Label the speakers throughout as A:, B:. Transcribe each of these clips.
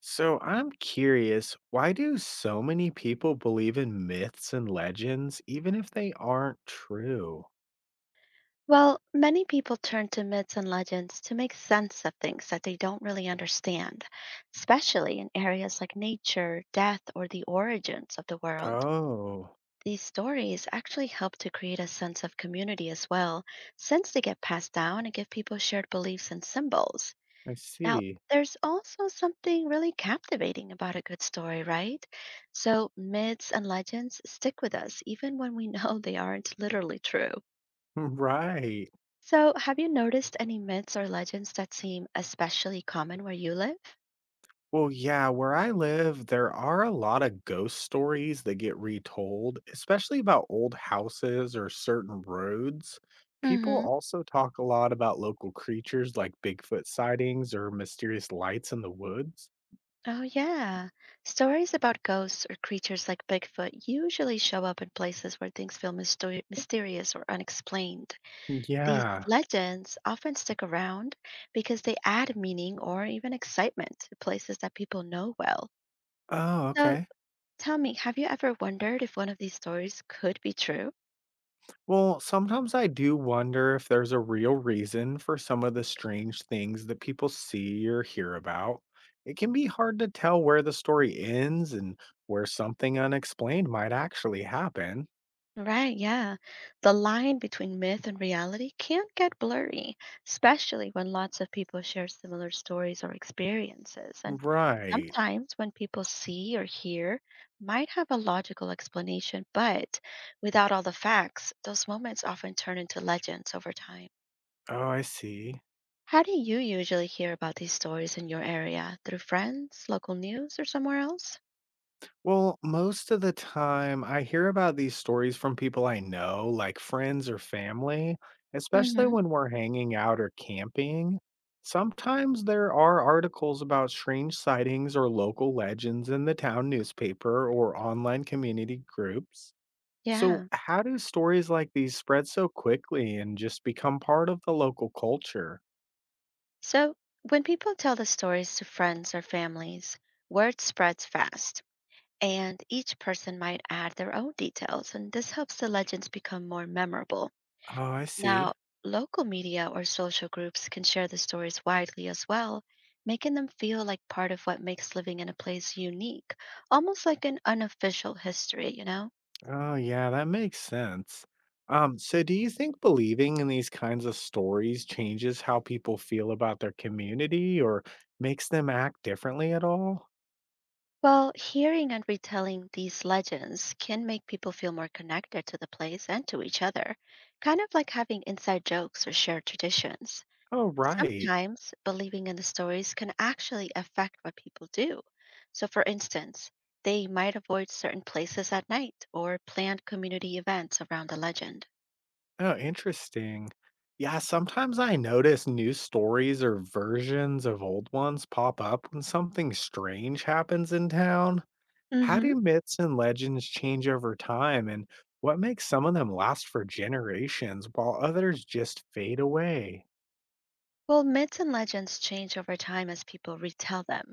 A: So I'm curious, why do so many people believe in myths and legends even if they aren't true?
B: Well, many people turn to myths and legends to make sense of things that they don't really understand, especially in areas like nature, death, or the origins of the world.
A: Oh,
B: These stories actually help to create a sense of community as well, since they get passed down and give people shared beliefs and symbols.
A: I
B: Now,
A: see.
B: there's also something really captivating about a good story, right? So, myths and legends stick with us even when we know they aren't literally true.
A: Right.
B: So, have you noticed any myths or legends that seem especially common where you live?
A: Well, yeah, where I live, there are a lot of ghost stories that get retold, especially about old houses or certain roads. People
B: Mm-hmm.
A: also talk a lot about local creatures like Bigfoot sightings or mysterious lights in the woods.
B: Oh, yeah. Stories about ghosts or creatures like Bigfoot usually show up in places where things feel mysterious or unexplained. These
A: Yeah.
B: legends often stick around because they add meaning or even excitement to places that people know well.
A: Oh,
B: So,
A: okay.
B: tell me, have you ever wondered if one of these stories could be true?
A: Well, sometimes I do wonder if there's a real reason for some of the strange things that people see or hear about. It can be hard to tell where the story ends and where something unexplained might actually happen.
B: Right, yeah. The line between myth and reality can get blurry, especially when lots of people share similar stories or experiences. And
A: Right.
B: sometimes when people see or hear might have a logical explanation, but without all the facts, those moments often turn into legends over time.
A: Oh, I see.
B: How do you usually hear about these stories in your area? Through friends, local news, or somewhere else?
A: Well, most of the time, I hear about these stories from people I know, like friends or family, especially
B: Mm-hmm.
A: when we're hanging out or camping. Sometimes there are articles about strange sightings or local legends in the town newspaper or online community groups. So,
B: Yeah.
A: how do stories like these spread so quickly and just become part of the local culture?
B: So, when people tell the stories to friends or families, word spreads fast, and each person might add their own details, and this helps the legends become more memorable.
A: Oh, I see.
B: Now, local media or social groups can share the stories widely as well, making them feel like part of what makes living in a place unique, almost like an unofficial history, you know?
A: Oh, yeah, that makes sense. So do you think believing in these kinds of stories changes how people feel about their community or makes them act differently at all?
B: Well, hearing and retelling these legends can make people feel more connected to the place and to each other, kind of like having inside jokes or shared traditions.
A: Oh, right.
B: Sometimes believing in the stories can actually affect what people do. So, for instance, they might avoid certain places at night or plan community events around the legend.
A: Oh, interesting. Yeah, sometimes I notice new stories or versions of old ones pop up when something strange happens in town. How
B: hmm
A: do myths and legends change over time, and what makes some of them last for generations while others just fade away?
B: Well, myths and legends change over time as people retell them,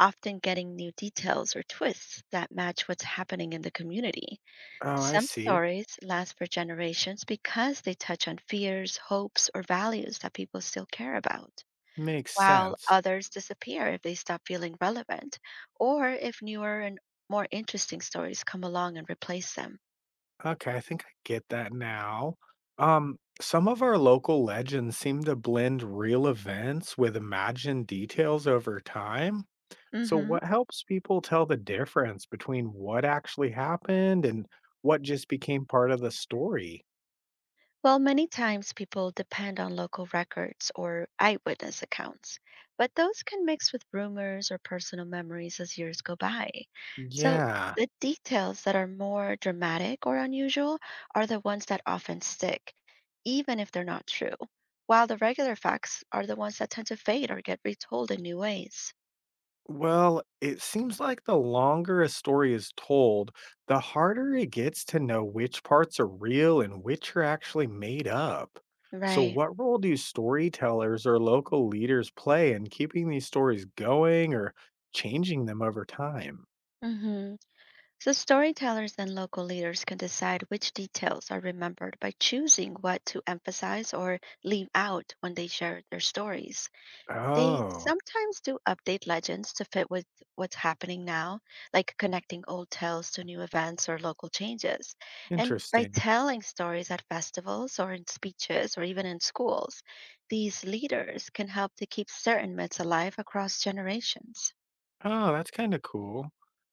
B: often getting new details or twists that match what's happening in the community.
A: Oh, I
B: Some
A: see.
B: stories last for generations because they touch on fears, hopes, or values that people still care about,
A: Makes
B: while
A: sense.
B: others disappear if they stop feeling relevant or if newer and more interesting stories come along and replace them.
A: Okay, I think I get that now. Some of our local legends seem to blend real events with imagined details over time. So,
B: hmm
A: what helps people tell the difference between what actually happened and what just became part of the story?
B: Well, many times people depend on local records or eyewitness accounts, but those can mix with rumors or personal memories as years go by. So,
A: Yeah.
B: the details that are more dramatic or unusual are the ones that often stick, even if they're not true, while the regular facts are the ones that tend to fade or get retold in new ways.
A: Well, it seems like the longer a story is told, the harder it gets to know which parts are real and which are actually made up. So,
B: Right.
A: what role do storytellers or local leaders play in keeping these stories going or changing them over time?
B: Mm hmm So, storytellers and local leaders can decide which details are remembered by choosing what to emphasize or leave out when they share their stories. They
A: Oh,
B: sometimes do update legends to fit with what's happening now, like connecting old tales to new events or local changes. And by
A: interesting.
B: telling stories at festivals or in speeches or even in schools, these leaders can help to keep certain myths alive across generations.
A: Oh, that's kind of cool.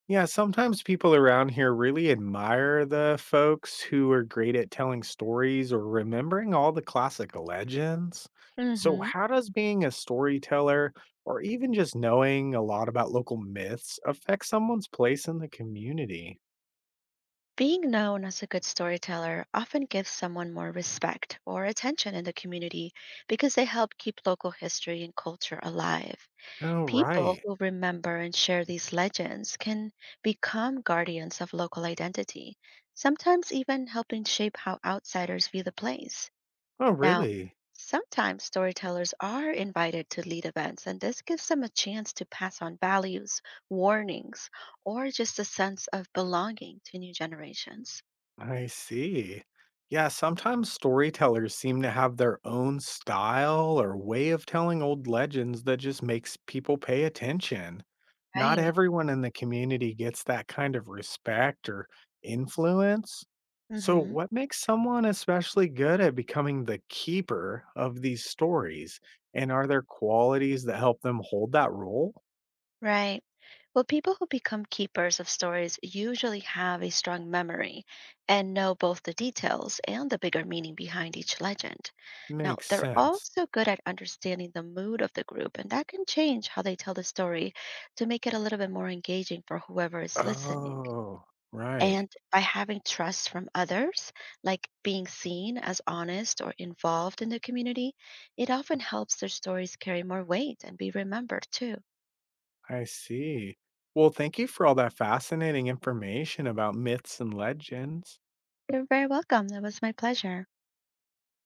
A: Yeah, sometimes people around here really admire the folks who are great at telling stories or remembering all the classic legends. So,
B: hmm
A: how does being a storyteller or even just knowing a lot about local myths affect someone's place in the community?
B: Being known as a good storyteller often gives someone more respect or attention in the community because they help keep local history and culture alive.
A: Oh,
B: People
A: right.
B: who remember and share these legends can become guardians of local identity, sometimes even helping shape how outsiders view the place.
A: Oh,
B: Now,
A: really?
B: sometimes storytellers are invited to lead events, and this gives them a chance to pass on values, warnings, or just a sense of belonging to new generations.
A: I see. Yeah, sometimes storytellers seem to have their own style or way of telling old legends that just makes people pay attention. Not
B: Right.
A: everyone in the community gets that kind of respect or influence. So,
B: hmm
A: what makes someone especially good at becoming the keeper of these stories? And are there qualities that help them hold that role?
B: Right. Well, people who become keepers of stories usually have a strong memory and know both the details and the bigger meaning behind each legend. Now,
A: Makes
B: they're
A: sense.
B: also good at understanding the mood of the group, and that can change how they tell the story to make it a little bit more engaging for whoever is listening.
A: Oh, right.
B: And by having trust from others, like being seen as honest or involved in the community, it often helps their stories carry more weight and be remembered too.
A: I see. Well, thank you for all that fascinating information about myths and legends.
B: You're very welcome. That was my pleasure.